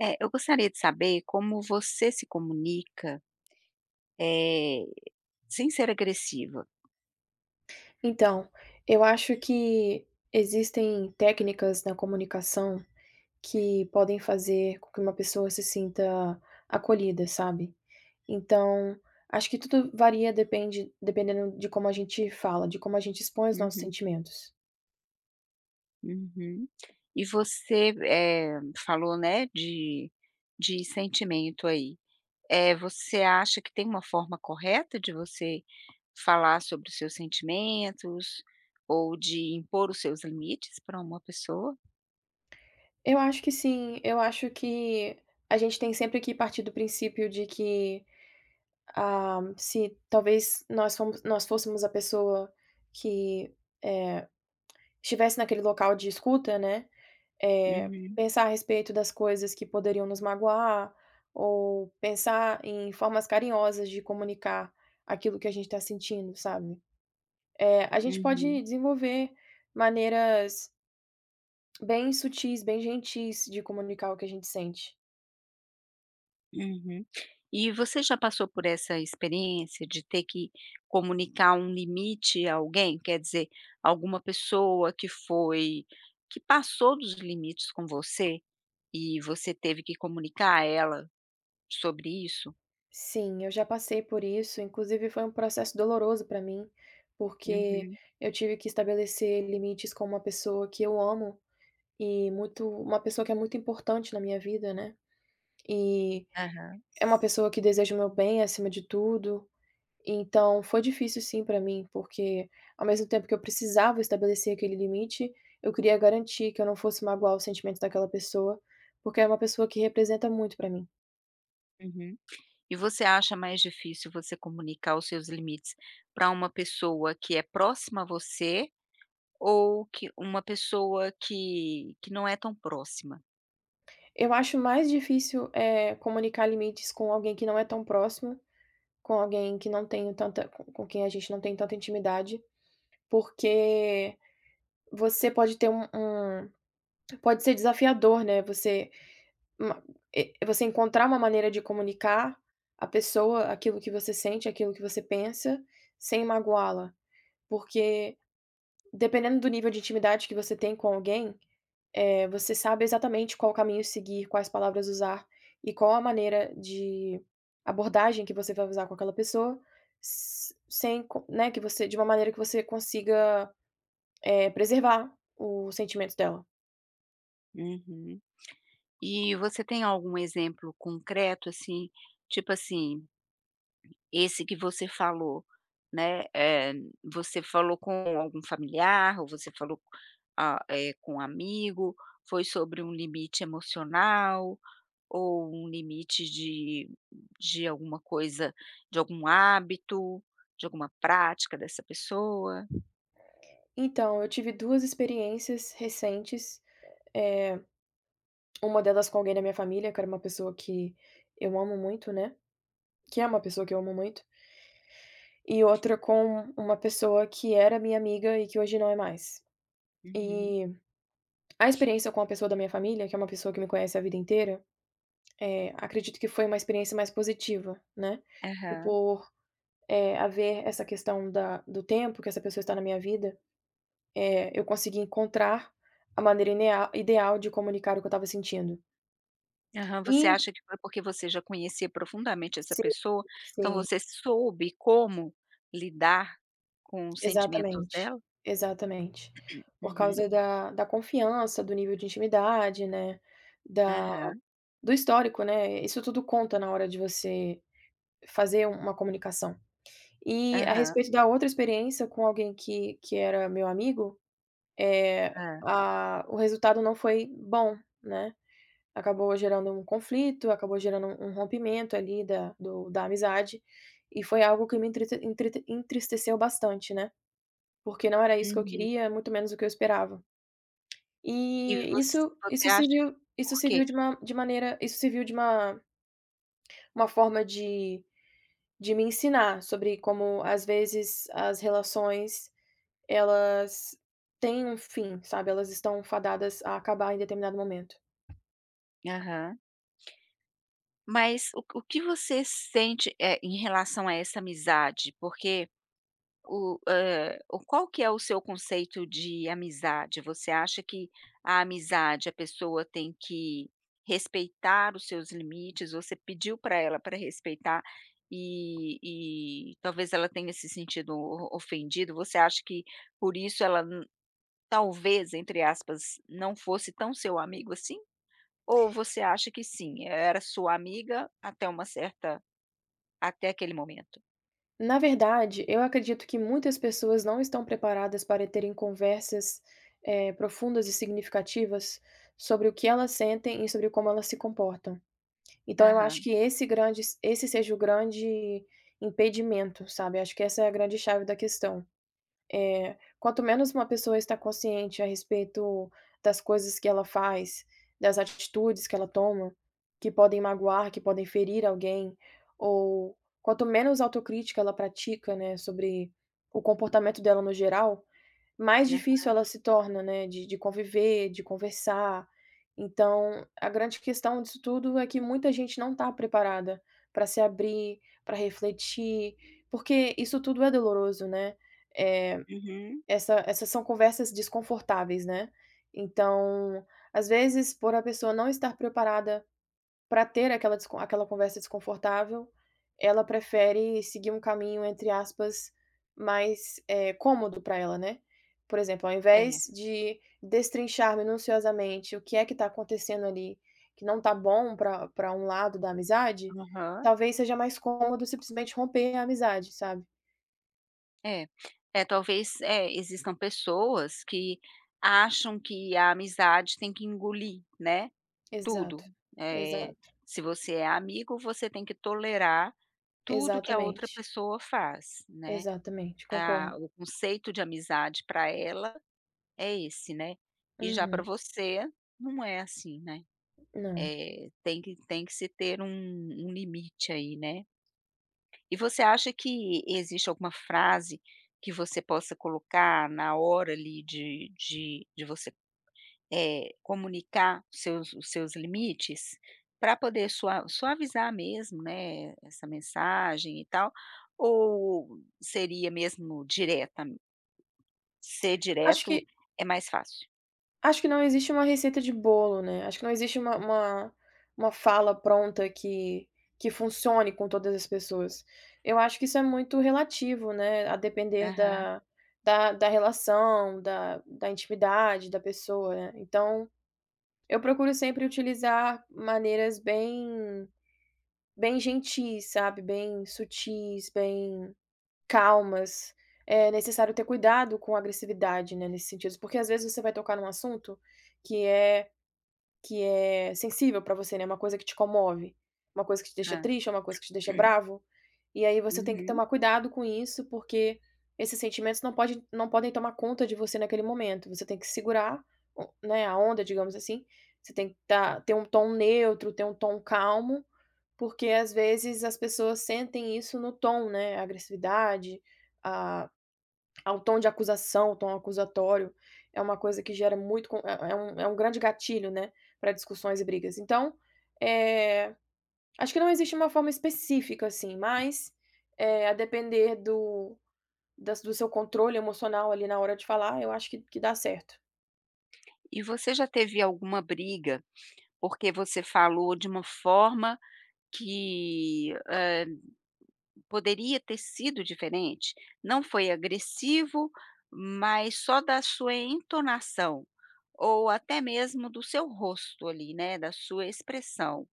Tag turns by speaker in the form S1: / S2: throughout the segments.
S1: É, eu gostaria de saber como você se comunica, eh, sem ser agressiva.
S2: Então, eu acho que existem técnicas na comunicação que podem fazer com que uma pessoa se sinta acolhida, sabe. Então, acho que tudo varia dependendo de como a gente fala, de como a gente expõe os nossos
S1: Uhum,
S2: sentimentos.
S1: uhum. E você, falou, né, de sentimento aí. Você acha que tem uma forma correta de você falar sobre os seus sentimentos ou de impor os seus limites para uma pessoa?
S2: Eu acho que sim, eu acho que a gente tem sempre que partir do princípio de que, se talvez nós fôssemos a pessoa que, eh, estivesse naquele local de escuta, né.
S1: Uhum,
S2: Pensar a respeito das coisas que poderiam nos magoar, ou pensar em formas carinhosas de comunicar aquilo que a gente está sentindo, sabe. A gente
S1: uhum,
S2: pode desenvolver maneiras bem sutis, bem gentis de comunicar o que a gente sente.
S1: uhum. E você já passou por essa experiência de ter que comunicar um limite a alguém? Quer dizer, alguma pessoa que foi que passou dos limites com você e você teve que comunicar a ela sobre isso?
S2: Sim, eu já passei por isso, inclusive foi um processo doloroso para mim, porque
S1: Uhum,
S2: eu tive que estabelecer limites com uma pessoa que eu amo e muito uma pessoa que é muito importante na minha vida, né. E
S1: aham,
S2: É uma pessoa que deseja o meu bem acima de tudo, então foi difícil sim pra mim, porque ao mesmo tempo que eu precisava estabelecer aquele limite, eu queria garantir que eu não fosse magoar os sentimentos daquela pessoa, porque é uma pessoa que representa muito pra mim.
S1: uhum. E você acha mais difícil você comunicar os seus limites para uma pessoa que é próxima a você ou que uma pessoa que não é tão próxima?
S2: Eu acho mais difícil, comunicar limites com alguém que não é tão próximo, com quem a gente não tem tanta intimidade, porque você pode ter um um pode ser desafiador, né, Uma você encontrar uma maneira de comunicar à pessoa aquilo que você sente, aquilo que você pensa, sem magoá-la. Porque dependendo do nível de intimidade que você tem com alguém, você sabe exatamente qual caminho seguir, quais palavras usar e qual a maneira de abordagem que você vai usar com aquela pessoa, s sem co né, que você de uma maneira que você consiga, preservar o sentimento dela.
S1: Uhum. E você tem algum exemplo concreto, assim, tipo assim, esse que você falou, né, você falou com algum familiar ou você falou, com um amigo, foi sobre um limite emocional? Ou um limite de alguma coisa, de algum hábito, de alguma prática dessa pessoa?
S2: Então, eu tive 2 experiências recentes. eh Uma delas com alguém da minha família, que era uma pessoa que eu amo muito, né, que é uma pessoa que eu amo muito, e outra com uma pessoa que era minha amiga e que hoje não é mais.
S1: Uhum.
S2: E a experiência com a pessoa da minha família, que é uma pessoa que me conhece a vida inteira, acredito que foi uma experiência mais positiva, né, e
S1: Aham.
S2: por, haver essa questão da do tempo que essa pessoa está na minha vida, eu consegui encontrar a maneira inea ideal de comunicar o que eu estava sentindo.
S1: Aham. Você
S2: E
S1: acha que foi porque você já conhecia profundamente essa
S2: sim,
S1: pessoa, então
S2: sim.
S1: você soube como lidar com os sentimentos
S2: Exatamente,
S1: dela?
S2: exatamente. Por
S1: Uhum.
S2: causa da confiança, do nível de intimidade, né, da
S1: Aham.
S2: do histórico, né, isso tudo conta na hora de você fazer uma comunicação. E a
S1: Aham.
S2: respeito da outra experiência com alguém que era meu amigo, é
S1: Hã.
S2: a o resultado não foi bom, né, acabou gerando um conflito, acabou gerando um rompimento ali da amizade, e foi algo que me entrete entrete entristeceu bastante, né. Porque não era isso que eu
S1: Uhum.
S2: queria, muito menos o que eu esperava.
S1: E
S2: E
S1: você
S2: isso
S1: você
S2: isso
S1: acha
S2: serviu
S1: que por quê?
S2: de uma forma de me ensinar sobre como, às vezes, as relações elas têm um fim, sabe, elas estão fadadas a acabar em determinado momento.
S1: Aham. Mas o que você sente, é em relação a essa amizade? Porque o o qual que é o seu conceito de amizade? Você acha que a amizade, a pessoa tem que respeitar os seus limites? Você pediu para ela para respeitar e e talvez ela tenha se sentido o ofendido. Você acha que por isso ela n talvez, entre aspas, "não fosse tão seu amigo assim"? Ou você acha que sim, era sua amiga até uma certa, até aquele momento?
S2: Na verdade, eu acredito que muitas pessoas não estão preparadas para terem conversas, profundas e significativas sobre o que elas sentem e sobre como elas se comportam. Então eu acho
S1: Aham,
S2: que esse seja o grande impedimento, sabe, acho que essa é a grande chave da questão. Quanto menos uma pessoa está consciente a respeito das coisas que ela faz, das atitudes que ela toma, que podem magoar, que podem ferir alguém, ou quanto menos autocrítica ela pratica, né, sobre o comportamento dela no geral, mais
S1: né.
S2: difícil ela se torna, né, de conviver, de conversar. Então, a grande questão disso tudo é que muita gente não está preparada para se abrir, para refletir, porque isso tudo é doloroso, né. Eh,
S1: Uhum.
S2: Essas são conversas desconfortáveis, né. Então, às vezes, por a pessoa não estar preparada para ter aquela conversa desconfortável, ela prefere seguir um caminho, entre aspas, mais, cômodo para ela, né. Por exemplo, ao
S1: É.
S2: invés de destrinchar minuciosamente o que é que está acontecendo ali, que não está bom para pra um lado da amizade,
S1: Aham.
S2: talvez seja mais cômodo simplesmente romper a amizade, sabe.
S1: É, é talvez, existam pessoas que acham que a amizade tem que engolir, né,
S2: Exato,
S1: tudo. Eh,
S2: exato,
S1: Se você é amigo, você tem que tolerar tudo que a outra
S2: exatamente,
S1: pessoa faz, né.
S2: exatamente,
S1: Ah,
S2: concordo.
S1: o conceito de amizade para ela é esse, né. E já para
S2: Uhum,
S1: você não é assim, né.
S2: não.
S1: Tem que tem que se ter um limite aí, né. E você acha que existe alguma frase que você possa colocar na hora ali de você, comunicar os seus limites, para poder sua suavizar mesmo, né, essa mensagem e tal, ou seria mesmo direta? Ser
S2: Acho
S1: direto
S2: que
S1: é mais fácil?
S2: Acho que não existe uma receita de bolo, né, acho que não existe uma fala pronta que funcione com todas as pessoas. Eu acho que isso é muito relativo, né, a depender
S1: Aham,
S2: da relação, da intimidade da pessoa, né. Então, eu procuro sempre utilizar maneiras bem bem gentis, sabe, bem sutis, bem calmas. É necessário ter cuidado com a agressividade, né, nesse sentido, porque às vezes você vai tocar num assunto que é que é sensível pra você, né, uma coisa que te comove, uma coisa que te deixa
S1: hã.
S2: triste, uma coisa que te deixa bravo, e aí você tem que
S1: Uhum.
S2: tomar cuidado com isso, porque esses sentimentos não podem tomar conta de você naquele momento, você tem que segurar o né, a onda, digamos assim, você tem que estar ter um tom neutro, ter um tom calmo, porque às vezes as pessoas sentem isso no tom, né, a agressividade, a ao tom de acusação, o tom acusatório, é uma coisa que gera muito con é um grande gatilho, né, para discussões e brigas. Então, eh, acho que não existe uma forma específica, assim, mas, a depender do seu controle emocional ali na hora de falar, eu acho que dá certo.
S1: E você já teve alguma briga, porque você falou de uma forma que, poderia ter sido diferente? Não foi agressivo, mas só da sua entonação, ou até mesmo do seu rosto ali, né, da sua expressão,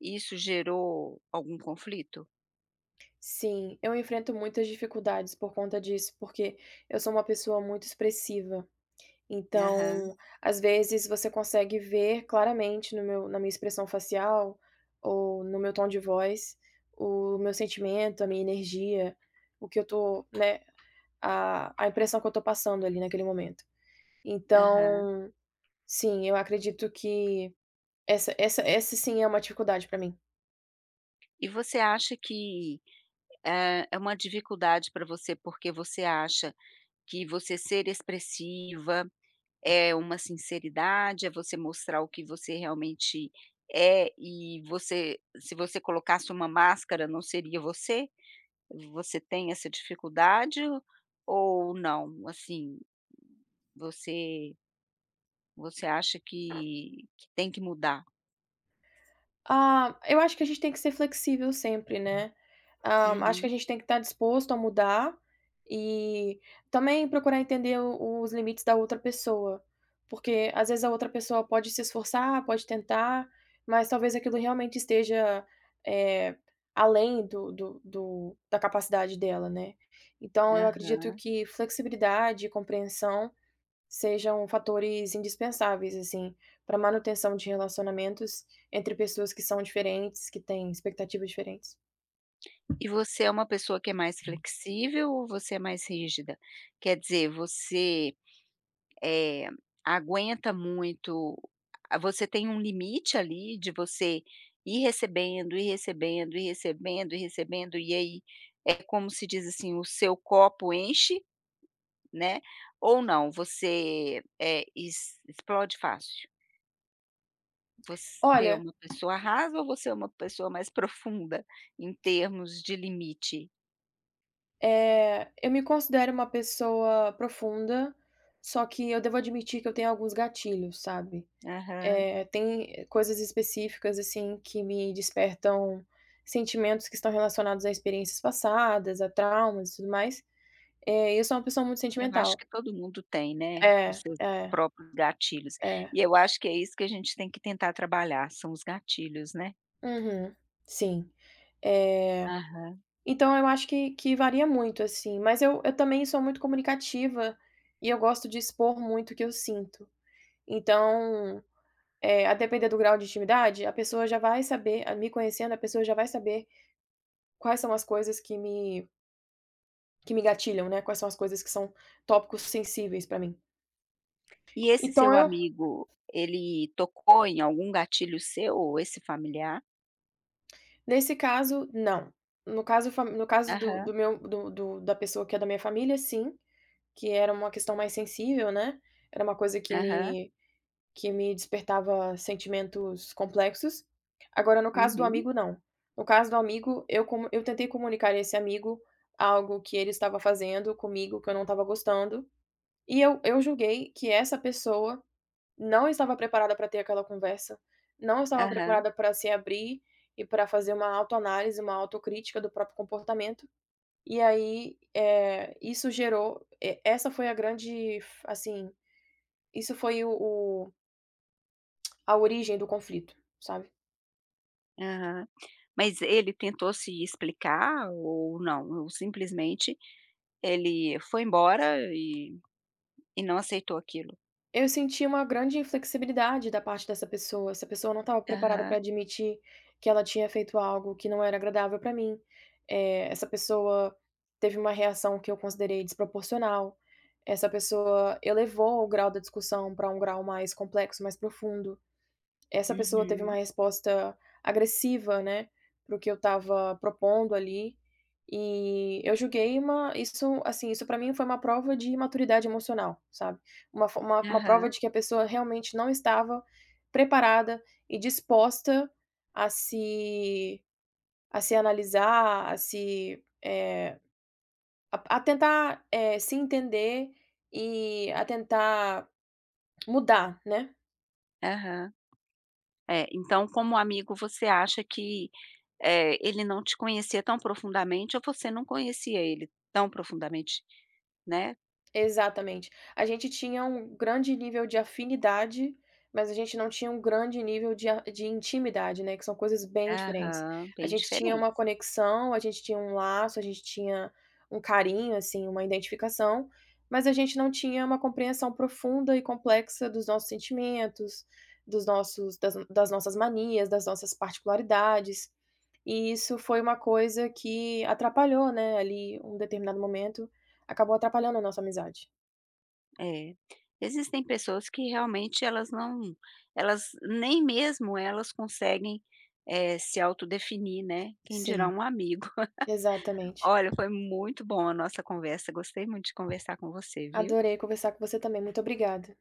S1: isso gerou algum conflito?
S2: Sim, eu enfrento muitas dificuldades por conta disso, porque eu sou uma pessoa muito expressiva.
S1: Aham,
S2: Então, às vezes você consegue ver claramente no meu na minha expressão facial, ou no meu tom de voz, o meu sentimento, a minha energia, o que eu tô, né, a impressão que eu tô passando ali naquele momento.
S1: aham.
S2: Então, sim, eu acredito que essa sim é uma dificuldade para mim.
S1: E você acha que, é uma dificuldade para você, porque você acha que você ser expressiva é uma sinceridade, é você mostrar o que você realmente é e você se você colocasse uma máscara não seria você? Você tem essa dificuldade ou não? Assim, você você acha que tem que mudar?
S2: Ah, eu acho que a gente tem que ser flexível sempre, né. Hã, acho que a
S1: Uhum.
S2: gente tem que estar disposto a mudar e também procurar entender o os limites da outra pessoa, porque às vezes a outra pessoa pode se esforçar, pode tentar, mas talvez aquilo realmente esteja, eh, além do do do da capacidade dela, né. Então eu acredito
S1: Aham.
S2: que flexibilidade e compreensão sejam fatores indispensáveis, assim, para manutenção de relacionamentos entre pessoas que são diferentes, que têm expectativas diferentes.
S1: E você é uma pessoa que é mais flexível ou você é mais rígida? Quer dizer, você, Eh, aguenta muito a você tem um limite ali de você ir recebendo, ir recebendo, ir recebendo, ir recebendo e aí, é como se diz assim, o seu copo enche, né, ou não, você, es explode fácil. Você é
S2: Olha,
S1: uma pessoa rasa ou você é uma pessoa mais profunda em termos de limite?
S2: eu me considero uma pessoa profunda, só que eu devo admitir que eu tenho alguns gatilhos, sabe.
S1: Aham.
S2: Tem coisas específicas, assim, que me despertam sentimentos que estão relacionados a experiências passadas, a traumas e tudo mais. Eu sou uma pessoa muito
S1: Eu acho
S2: sentimental.
S1: que todo mundo tem, né, os
S2: É,
S1: seus
S2: é,
S1: próprios gatilhos.
S2: é.
S1: E eu acho que é isso que a gente tem que tentar trabalhar, são os gatilhos, né.
S2: Uhum. Sim. Eh,
S1: Aham.
S2: então eu acho que varia muito, assim, mas eu também sou muito comunicativa e eu gosto de expor muito o que eu sinto. Então, a depender do grau de intimidade, a pessoa já vai saber a me conhecendo, a pessoa já vai saber quais são as coisas que me gatilham, né, quais são as coisas que são tópicos sensíveis pra mim.
S1: E esse
S2: Então
S1: seu
S2: eu
S1: amigo, ele tocou em algum gatilho seu ou esse familiar?
S2: nesse caso, não. No caso do
S1: Aham,
S2: do meu do do da pessoa que é da minha família, sim, que era uma questão mais sensível, né, era uma coisa
S1: aham,
S2: que me despertava sentimentos complexos. Agora, no caso do
S1: uhum,
S2: amigo, não. No caso do amigo, eu como eu tentei comunicar a esse amigo algo que ele estava fazendo comigo que eu não estava gostando, e eu julguei que essa pessoa não estava preparada para ter aquela conversa, não estava
S1: aham,
S2: preparada para se abrir e para fazer uma autoanálise, uma autocrítica do próprio comportamento. E aí, isso gerou e essa foi a grande, assim, isso foi o a origem do conflito, sabe.
S1: aham. Mas ele tentou se explicar ou não? Ou simplesmente ele foi embora e não aceitou aquilo?
S2: Eu senti uma grande inflexibilidade da parte dessa pessoa, essa pessoa não estava preparada
S1: Aham,
S2: para admitir que ela tinha feito algo que não era agradável para mim, essa pessoa teve uma reação que eu considerei desproporcional, essa pessoa elevou o grau da discussão para um grau mais complexo, mais profundo. Essa pessoa teve uma
S1: uhum,
S2: resposta agressiva, né, para o que eu estava propondo ali, e eu julguei uma isso, assim, isso para mim foi uma prova de maturidade emocional, sabe. Uma fo uma prova
S1: aham,
S2: de que a pessoa realmente não estava preparada e disposta a se a se analisar, a tentar, se entender e a tentar mudar, né.
S1: aham. É, então como amigo você acha que, ele não te conhecia tão profundamente ou você não conhecia ele tão profundamente, né?
S2: Exatamente. A gente tinha um grande nível de afinidade, mas a gente não tinha um grande nível de intimidade, né, que são coisas bem diferentes.
S1: Aham,
S2: A
S1: bem
S2: gente tinha
S1: diferente.
S2: uma conexão, a gente tinha um laço, a gente tinha um carinho, assim, uma identificação, mas a gente não tinha uma compreensão profunda e complexa dos nossos sentimentos, dos nossos das das nossas manias, das nossas particularidades. E isso foi uma coisa que atrapalhou, né, ali, um determinado momento. Acabou atrapalhando a nossa amizade.
S1: É. Existem pessoas que realmente elas não elas nem mesmo elas conseguem, se autodefinir, né, quem dirá
S2: Sim.
S1: um amigo.
S2: Exatamente.
S1: Olha, foi muito bom a nossa conversa, gostei muito de conversar com você, viu?
S2: Adorei conversar com você também, muito obrigada.